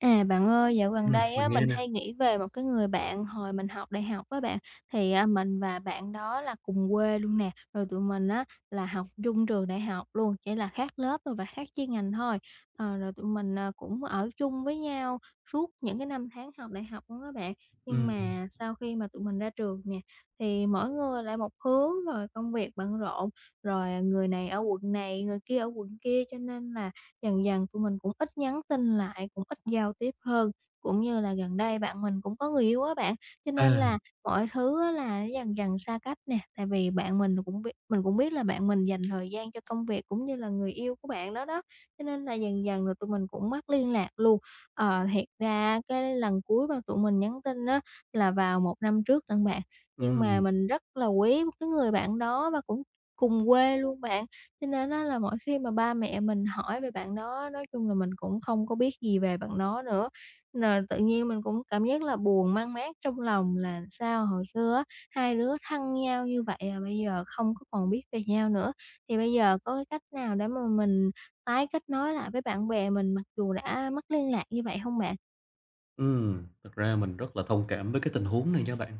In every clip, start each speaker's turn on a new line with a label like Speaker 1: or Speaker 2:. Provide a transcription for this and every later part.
Speaker 1: À, bạn ơi, dạo gần đây
Speaker 2: Mình
Speaker 1: á,
Speaker 2: nghe
Speaker 1: mình
Speaker 2: nè.
Speaker 1: hay nghĩ về một cái người bạn hồi mình học đại học á bạn. Thì, mình và bạn đó là cùng quê luôn nè. Rồi tụi mình á là học chung trường đại học luôn, chỉ là khác lớp rồi và khác chuyên ngành thôi. Rồi tụi mình, cũng ở chung với nhau suốt những cái năm tháng học đại học luôn các bạn. Nhưng
Speaker 2: Ừm.
Speaker 1: mà sau khi mà tụi mình ra trường nè, thì mỗi người lại một hướng, rồi công việc bận rộn, rồi người này ở quận này, người kia ở quận kia, cho nên là dần dần tụi mình cũng ít nhắn tin lại, cũng ít giao tiếp hơn, cũng như là gần đây bạn mình cũng có người yêu á bạn, cho
Speaker 2: À,
Speaker 1: nên là mọi thứ á là dần dần xa cách nè. Tại vì bạn mình cũng biết là bạn mình dành thời gian cho công việc cũng như là người yêu của bạn đó đó, cho nên là dần dần rồi tụi mình cũng mất liên lạc luôn. Thiệt ra cái lần cuối mà tụi mình nhắn tin á là vào một năm trước lận bạn, nhưng mà
Speaker 2: ừm,
Speaker 1: mình rất là quý cái người bạn đó và cũng cùng quê luôn bạn. Cho nên á là mỗi khi mà ba mẹ mình hỏi về bạn đó, nói chung là mình cũng không có biết gì về bạn đó nữa, là tự nhiên mình cũng cảm giác là buồn man mác trong lòng là sao hồi xưa á, hai đứa thân nhau như vậy à bây giờ không có còn biết về nhau nữa. Thì bây giờ có cái cách nào để mà mình tái kết nối lại với bạn bè mình mặc dù đã mất liên lạc như vậy không bạn?
Speaker 2: Thật ra mình rất là thông cảm với cái tình huống này nha bạn.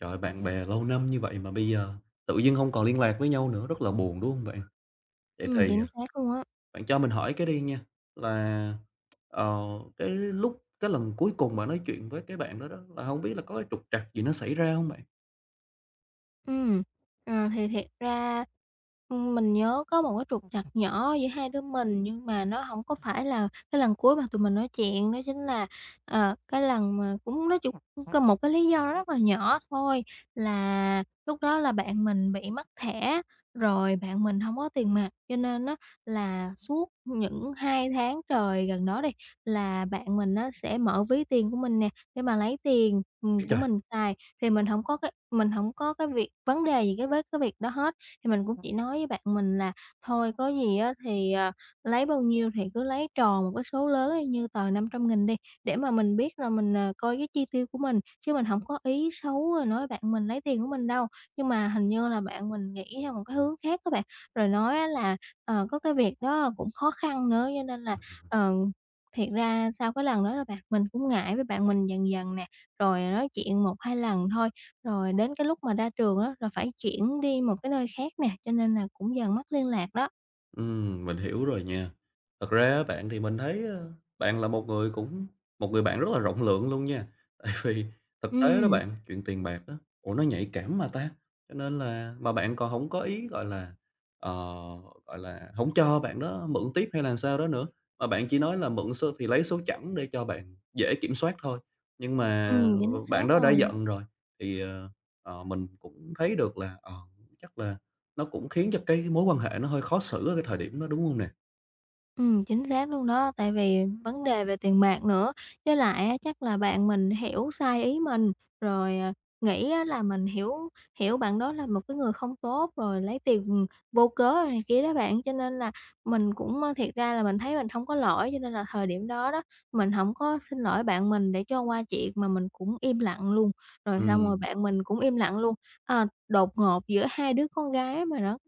Speaker 2: Trời ơi, bạn bè lâu năm như vậy mà bây giờ tự dưng hông còn liên lạc với nhau nữa, rất là buồn, đúng hông bạn? Vậy thì,
Speaker 1: Chính xác luôn á.
Speaker 2: bạn cho mình hỏi cái đi nha, là, ờ, cái lần cuối cùng bạn nói chuyện với cái bạn đó đó, là hông biết là có cái trục trặc gì nó xảy ra hông bạn?
Speaker 1: Ừm, thì thiệt ra, mình nhớ có một cái trục trặc nhỏ giữa hai đứa mình, nhưng mà nó hổng có phải là cái lần cuối mà tụi mình nói chuyện, đó chính là, cái lần mà cũng nói chung cũng có một cái lý do rất là nhỏ thôi, là lúc đó là bạn mình bị mất thẻ, rồi bạn mình hông có tiền mặt, cho nên á là suốt những 2 tháng trời gần đó đi, là bạn mình á sẽ mở ví tiền của mình nè, để mà lấy tiền,
Speaker 2: Ê
Speaker 1: của
Speaker 2: trời!
Speaker 1: mình xài. Thì mình hổng có cái việc vấn đề gì cái với cái việc đó hết, thì mình cũng chỉ nói với bạn mình là: "Thôi có gì á thì, lấy bao nhiêu thì cứ lấy tròn một cái số lớn y như tờ 500.000 đi, để mà mình biết là mình, coi cái chi tiêu của mình." Chứ mình hổng có ý xấu rồi nói bạn mình lấy tiền của mình đâu. Nhưng mà hình như là bạn mình nghĩ theo một cái hướng khác á bạn, rồi nói á là, có cái việc đó cũng khó khăn nữa, cho nên là, ờ, thiệt ra sau cái lần đó là bạn mình cũng ngại với bạn mình dần dần nè rồi nói chuyện một 2 lần thôi, rồi đến cái lúc mà ra trường đó rồi phải chuyển đi một cái nơi khác nè, cho nên là cũng dần mất liên lạc đó.
Speaker 2: Mình hiểu rồi nha. Thật ra á bạn thì mình thấy, bạn là một người bạn rất là rộng lượng luôn nha. Tại vì thực tế đó
Speaker 1: Ừm,
Speaker 2: bạn, chuyện tiền bạc đó, ủa, nó nhạy cảm mà ta, cho nên là mà bạn còn không có ý, gọi là, ờ, gọi là, không cho bạn đó mượn tiếp hay là sao đó nữa, mà bạn chỉ nói là mượn số thì lấy số chẵn để cho bạn dễ kiểm soát thôi. Nhưng mà
Speaker 1: ừm, chính
Speaker 2: bạn
Speaker 1: xác
Speaker 2: đó đã
Speaker 1: rồi.
Speaker 2: giận rồi, thì, mình cũng thấy được là, chắc là nó cũng khiến cho cái mối quan hệ nó hơi khó xử ở cái thời điểm đó, đúng hông nè?
Speaker 1: Chính xác luôn đó, tại vì vấn đề về tiền bạc nữa, với lại á chắc là bạn mình hiểu sai ý mình, rồi, nghĩ á là mình hiểu hiểu bạn đó là một cái người không tốt, rồi lấy tiền, vô cớ rồi này kia đó bạn. Cho nên là mình cũng, thiệt ra là mình thấy mình không có lỗi, cho nên là thời điểm đó đó, mình không có xin lỗi bạn mình để cho qua chuyện mà mình cũng im lặng luôn, rồi xong rồi
Speaker 2: Ừm,
Speaker 1: bạn mình cũng im lặng luôn. Đột ngột giữa hai đứa con gái mà nó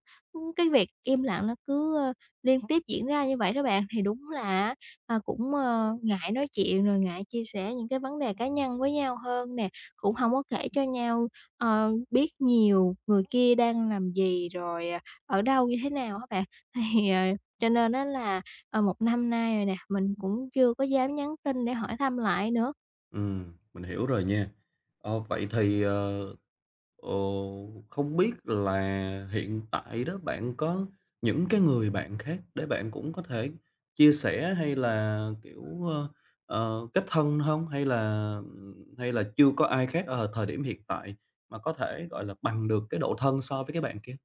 Speaker 1: cái việc im lặng nó cứ liên tiếp diễn ra như vậy đó bạn, thì đúng là á, cũng, ngại nói chuyện rồi ngại chia sẻ những cái vấn đề cá nhân với nhau hơn nè, cũng không có kể cho nhau, biết nhiều người kia đang làm gì, rồi, ở đâu như thế nào các bạn. Thì, cho nên đó là, một năm nay rồi nè, mình cũng chưa có dám nhắn tin để hỏi thăm lại nữa.
Speaker 2: ừm, mình hiểu rồi nha. Ờ, vậy thì, ờ, không biết là hiện tại đó bạn có những cái người bạn khác để bạn cũng có thể chia sẻ hay là, kiểu, kết thân hông? Hay là chưa có ai khác ở thời điểm hiện tại mà có thể, gọi là, bằng được cái độ thân so với cái bạn kia?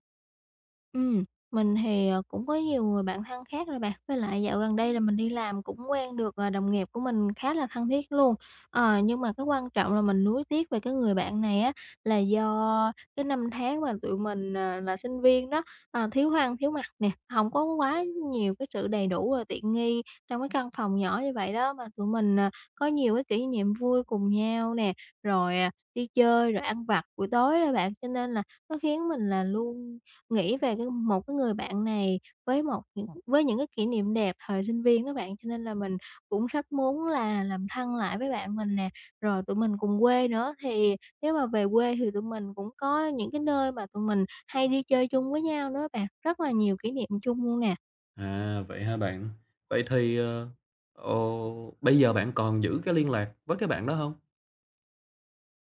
Speaker 1: Ừm, mình thì, cũng có nhiều người bạn thân khác rồi bạn. Với lại dạo gần đây là mình đi làm cũng quen được, đồng nghiệp của mình khá là thân thiết luôn. Nhưng mà cái quan trọng là mình nuối tiếc về cái người bạn này á, là do cái năm tháng mà tụi mình, là sinh viên đó, thiếu ăn thiếu mặc nè, không có quá nhiều cái sự đầy đủ và tiện nghi trong cái căn phòng nhỏ như vậy đó. Mà tụi mình, có nhiều cái kỷ niệm vui cùng nhau nè, rồi, đi chơi, rồi ăn vặt buổi tối đó bạn, cho nên là nó khiến mình là luôn nghĩ về cái một cái người bạn này với những cái kỷ niệm đẹp thời sinh viên đó bạn, cho nên là mình cũng rất muốn là làm thân lại với bạn mình nè. Rồi tụi mình cùng quê nữa, thì nếu mà về quê thì tụi mình cũng có những cái nơi mà tụi mình hay đi chơi chung với nhau nữa bạn, rất là nhiều kỷ niệm chung luôn nè.
Speaker 2: À, vậy hả bạn? Vậy thì, bây giờ bạn còn giữ cái liên lạc với cái bạn đó không?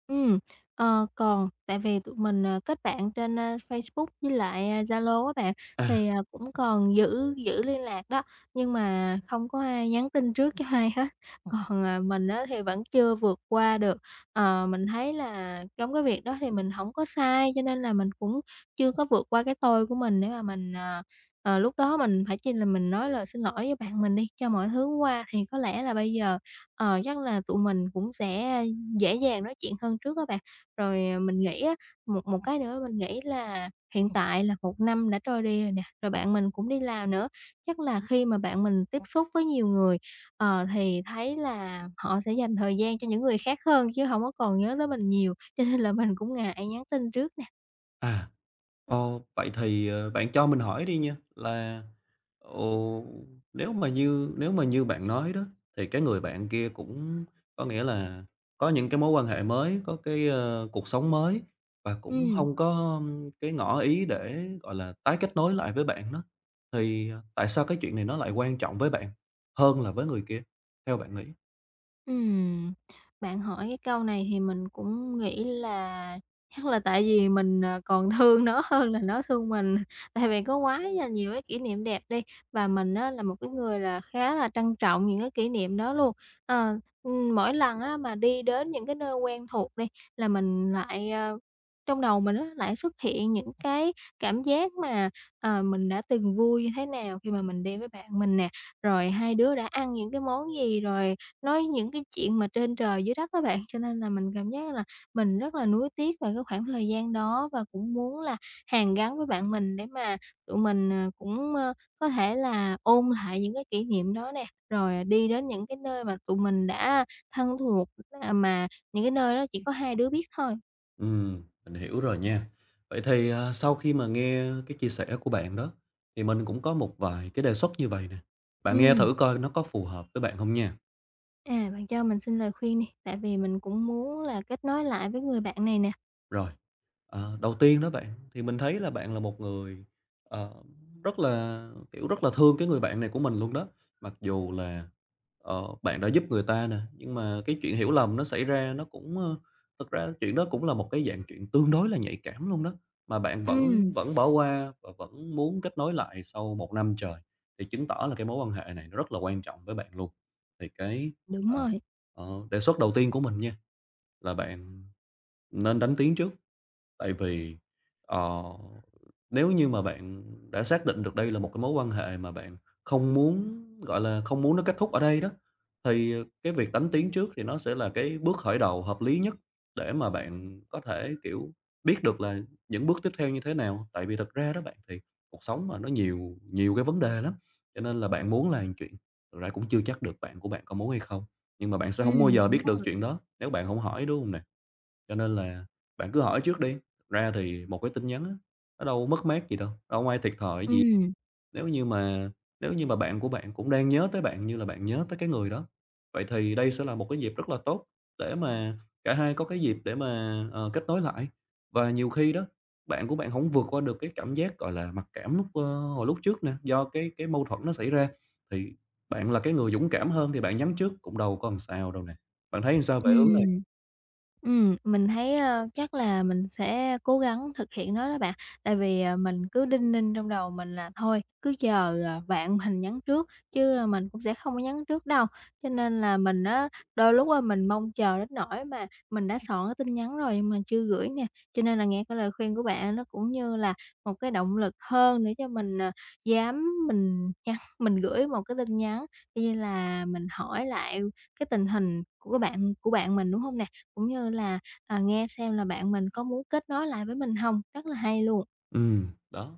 Speaker 1: Ừm, còn tại vì tụi mình, kết bạn trên, Facebook với lại, Zalo á bạn,
Speaker 2: À,
Speaker 1: thì, cũng còn giữ giữ liên lạc đó, nhưng mà không có ai nhắn tin trước cho ai hết. Còn, mình á thì vẫn chưa vượt qua được, mình thấy là trong cái việc đó thì mình hổng có sai, cho nên là mình cũng chưa có vượt qua cái tôi của mình để mà mình, lúc đó mình phải chi là mình nói lời xin lỗi với bạn mình đi cho mọi thứ qua, thì có lẽ là bây giờ, chắc là tụi mình cũng sẽ dễ dàng nói chuyện hơn trước các bạn. Rồi, mình nghĩ á, một một cái nữa mình nghĩ là hiện tại là một năm đã trôi đi rồi nè, rồi bạn mình cũng đi làm nữa, chắc là khi mà bạn mình tiếp xúc với nhiều người, thì thấy là họ sẽ dành thời gian cho những người khác hơn chứ không có còn nhớ tới mình nhiều, cho nên là mình cũng ngại nhắn tin trước nè.
Speaker 2: à, ồ, vậy thì, bạn cho mình hỏi đi nha, là, ồ, nếu mà như bạn nói đó, thì cái người bạn kia cũng có nghĩa là có những cái mối quan hệ mới, có cái, cuộc sống mới và cũng
Speaker 1: Ừm.
Speaker 2: không có cái ngỏ ý để, gọi là, tái kết nối lại với bạn đó, thì, tại sao cái chuyện này nó lại quan trọng với bạn hơn là với người kia, theo bạn nghĩ?
Speaker 1: Ừm, bạn hỏi cái câu này thì mình cũng nghĩ là chắc là tại vì mình, còn thương nó hơn là nó thương mình, tại vì có quá là nhiều cái kỷ niệm đẹp đi, và mình á là một cái người là khá là trân trọng những cái kỷ niệm đó luôn. Mỗi lần á mà đi đến những cái nơi quen thuộc đi, là mình lại, trong đầu mình á lại xuất hiện những cái cảm giác mà, mình đã từng vui như thế nào khi mà mình đi với bạn mình nè, rồi hai đứa đã ăn những cái món gì, rồi nói những cái chuyện mà trên trời dưới đất đó bạn, cho nên là mình cảm giác là mình rất là nuối tiếc về cái khoảng thời gian đó và cũng muốn là hàn gắn với bạn mình để mà tụi mình, có thể là ôn lại những cái kỷ niệm đó nè, rồi đi đến những cái nơi mà tụi mình đã thân thuộc, mà những cái nơi đó chỉ có hai đứa biết thôi.
Speaker 2: Mình hiểu rồi nha. Vậy thì, sau khi mà nghe cái chia sẻ của bạn đó, thì mình cũng có một vài cái đề xuất như vậy nè, bạn nghe
Speaker 1: Ừ.
Speaker 2: thử coi nó có phù hợp với bạn không nha.
Speaker 1: À, bạn cho mình xin lời khuyên đi, tại vì mình cũng muốn là kết nối lại với người bạn này nè.
Speaker 2: Rồi. Ờ, đầu tiên đó bạn, thì mình thấy là bạn là một người, ờ, rất là, kiểu, rất là thương cái người bạn này của mình luôn đó. Mặc dù là, bạn đã giúp người ta nè, nhưng mà cái chuyện hiểu lầm nó xảy ra nó cũng, thực ra chuyện đó cũng là một cái dạng chuyện tương đối là nhạy cảm luôn đó, mà bạn vẫn
Speaker 1: Ừ,
Speaker 2: vẫn bỏ qua và vẫn muốn kết nối lại sau một năm trời, thì chứng tỏ là cái mối quan hệ này nó rất là quan trọng với bạn luôn. Thì cái,
Speaker 1: đúng
Speaker 2: ờ,
Speaker 1: rồi.
Speaker 2: đề xuất đầu tiên của mình nha, là bạn nên đánh tiếng trước. Tại vì, ờ, nếu như mà bạn đã xác định được đây là một cái mối quan hệ mà bạn không muốn, gọi là, không muốn nó kết thúc ở đây đó, thì cái việc đánh tiếng trước thì nó sẽ là cái bước khởi đầu hợp lý nhất để mà bạn có thể, kiểu, biết được là những bước tiếp theo như thế nào. Tại vì thật ra đó bạn, thì cuộc sống mà nó nhiều nhiều cái vấn đề lắm, cho nên là bạn muốn làm chuyện thực ra cũng chưa chắc được bạn của bạn có muốn hay không, nhưng mà bạn sẽ
Speaker 1: Ừ,
Speaker 2: không bao giờ
Speaker 1: đúng
Speaker 2: biết được
Speaker 1: rồi.
Speaker 2: chuyện đó nếu bạn không hỏi, đúng không nè? Cho nên là bạn cứ hỏi trước đi, thực ra thì một cái tin nhắn á, nó đâu mất mát gì đâu, đâu có ai thiệt thòi
Speaker 1: Ừ.
Speaker 2: gì. Nếu như mà nếu như mà bạn của bạn cũng đang nhớ tới bạn như là bạn nhớ tới cái người đó, vậy thì đây sẽ là một cái dịp rất là tốt để mà cả hai có cái dịp để mà, kết nối lại. Và nhiều khi đó, bạn của bạn không vượt qua được cái cảm giác, gọi là, mặc cảm lúc, hồi lúc trước nè, do cái mâu thuẫn nó xảy ra, thì bạn là cái người dũng cảm hơn thì bạn nhắn trước cũng đâu có làm sao đâu nè. Bạn thấy làm sao
Speaker 1: Ừ.
Speaker 2: về hướng?
Speaker 1: Mình thấy, chắc là mình sẽ cố gắng thực hiện nó đó bạn. Tại vì, mình cứ đinh ninh trong đầu mình là thôi, cứ chờ, bạn mình nhắn trước, chứ, là mình cũng sẽ không có nhắn trước đâu. Cho nên là mình á, đôi lúc á, mình mong chờ đến nỗi mà mình đã soạn cái tin nhắn rồi nhưng mà chưa gửi nè. Cho nên là nghe cái lời khuyên của bạn nó cũng như là một cái động lực hơn để cho mình, dám mình nhắn mình gửi một cái tin nhắn, y như là mình hỏi lại cái tình hình của bạn mình, đúng hông nè? Cũng như là, nghe xem là bạn mình có muốn kết nối lại với mình không? Rất là hay luôn.
Speaker 2: Ừ, đó,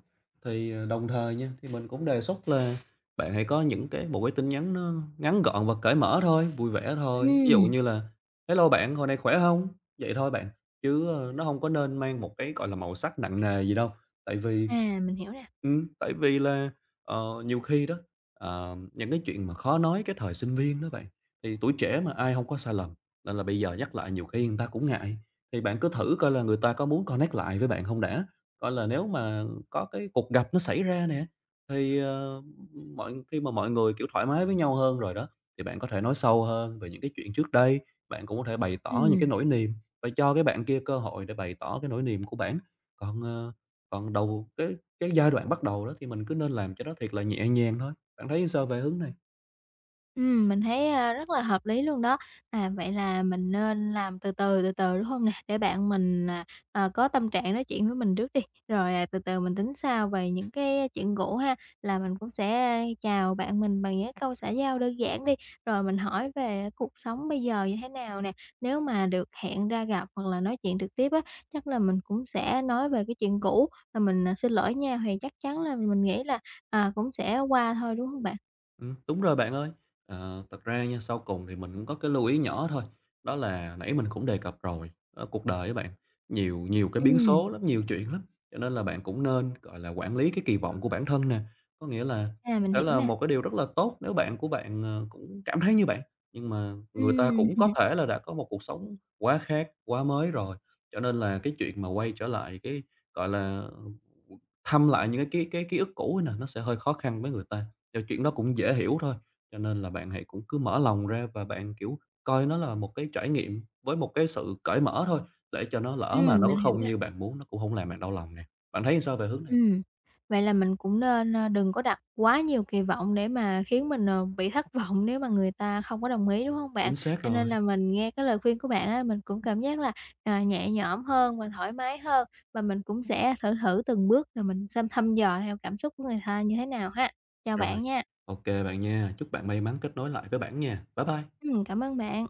Speaker 2: thì, đồng thời nha, thì mình cũng đề xuất là bạn hãy có những cái một cái tin nhắn nó ngắn gọn và cởi mở thôi, vui vẻ thôi. Ví dụ
Speaker 1: Ừm.
Speaker 2: như là "Hello bạn, hồi này khỏe không?" Vậy thôi bạn, chứ, nó không có nên mang một cái, gọi là, màu sắc nặng nề gì đâu. Tại vì
Speaker 1: À, mình hiểu nè.
Speaker 2: Tại vì là, nhiều khi đó, những cái chuyện mà khó nói cái thời sinh viên đó bạn, thì tuổi trẻ mà ai không có sai lầm, nên là bây giờ nhắc lại nhiều khi người ta cũng ngại. Thì bạn cứ thử coi là người ta có muốn connect lại với bạn không đã, coi là nếu mà có cái cuộc gặp nó xảy ra nè, thì, mọi khi mà mọi người, kiểu, thoải mái với nhau hơn rồi đó, thì bạn có thể nói sâu hơn về những cái chuyện trước đây, bạn cũng có thể bày tỏ những cái
Speaker 1: Ừm.
Speaker 2: nỗi niềm và cho cái bạn kia cơ hội để bày tỏ cái nỗi niềm của bạn. Còn, còn đầu cái giai đoạn bắt đầu đó thì mình cứ nên làm cho nó thiệt là nhẹ nhàng thôi. Bạn thấy sao về hướng này?
Speaker 1: Mình thấy, rất là hợp lý luôn đó. À, vậy là mình nên làm từ từ, từ từ, đúng hông nè? Để bạn mình, có tâm trạng nói chuyện với mình trước đi, rồi, từ từ mình tính sau về những cái chuyện cũ ha. Là mình cũng sẽ chào bạn mình bằng những cái câu xã giao đơn giản đi, rồi mình hỏi về cuộc sống bây giờ như thế nào nè. Nếu mà được hẹn ra gặp hoặc là nói chuyện trực tiếp á, chắc là mình cũng sẽ nói về cái chuyện cũ, là mình, "Xin lỗi nha." Thì chắc chắn là mình nghĩ là, cũng sẽ qua thôi, đúng hông bạn?
Speaker 2: Đúng rồi bạn ơi. Ờ, thật ra nha, sau cùng thì mình cũng có cái lưu ý nhỏ thôi, đó là nãy mình cũng đề cập rồi, đó, cuộc đời á bạn, nhiều nhiều cái biến
Speaker 1: Ừm,
Speaker 2: số lắm, nhiều chuyện lắm, cho nên là bạn cũng nên, gọi là, quản lý cái kỳ vọng của bản thân nè. Có nghĩa là
Speaker 1: à, mình
Speaker 2: đó
Speaker 1: hiểu
Speaker 2: là
Speaker 1: nè.
Speaker 2: một cái điều rất là tốt nếu bạn của bạn, cũng cảm thấy như bạn, nhưng mà người ta
Speaker 1: Ừm,
Speaker 2: cũng có thể là đã có một cuộc sống quá khác, quá mới rồi, cho nên là cái chuyện mà quay trở lại cái, gọi là, thăm lại những cái ký ức cũ ấy nè, nó sẽ hơi khó khăn với người ta điều chuyện nó cũng dễ hiểu thôi, cho nên là bạn hãy cũng cứ mở lòng ra và bạn, kiểu, coi nó là một cái trải nghiệm với một cái sự cởi mở thôi, để cho nó lỡ mà nó có
Speaker 1: mình hiểu
Speaker 2: không
Speaker 1: nè.
Speaker 2: như bạn muốn nó cũng không làm bạn đau lòng nè. Bạn thấy sao về hướng này?
Speaker 1: Ừm, vậy là mình cũng nên, đừng có đặt quá nhiều kỳ vọng để mà khiến mình, bị thất vọng nếu mà người ta không có đồng ý, đúng hông bạn?
Speaker 2: Chính xác
Speaker 1: Cho nên
Speaker 2: rồi,
Speaker 1: là mình nghe cái lời khuyên của bạn á, mình cũng cảm giác là, nhẹ nhõm hơn và thoải mái hơn, và mình cũng sẽ thử thử từng bước rồi mình xem thăm dò theo cảm xúc của người ta như thế nào ha. Chào
Speaker 2: rồi.
Speaker 1: bạn nha.
Speaker 2: OK bạn nha, chúc bạn may mắn kết nối lại với bản nha. Bye bye.
Speaker 1: Cảm ơn bạn.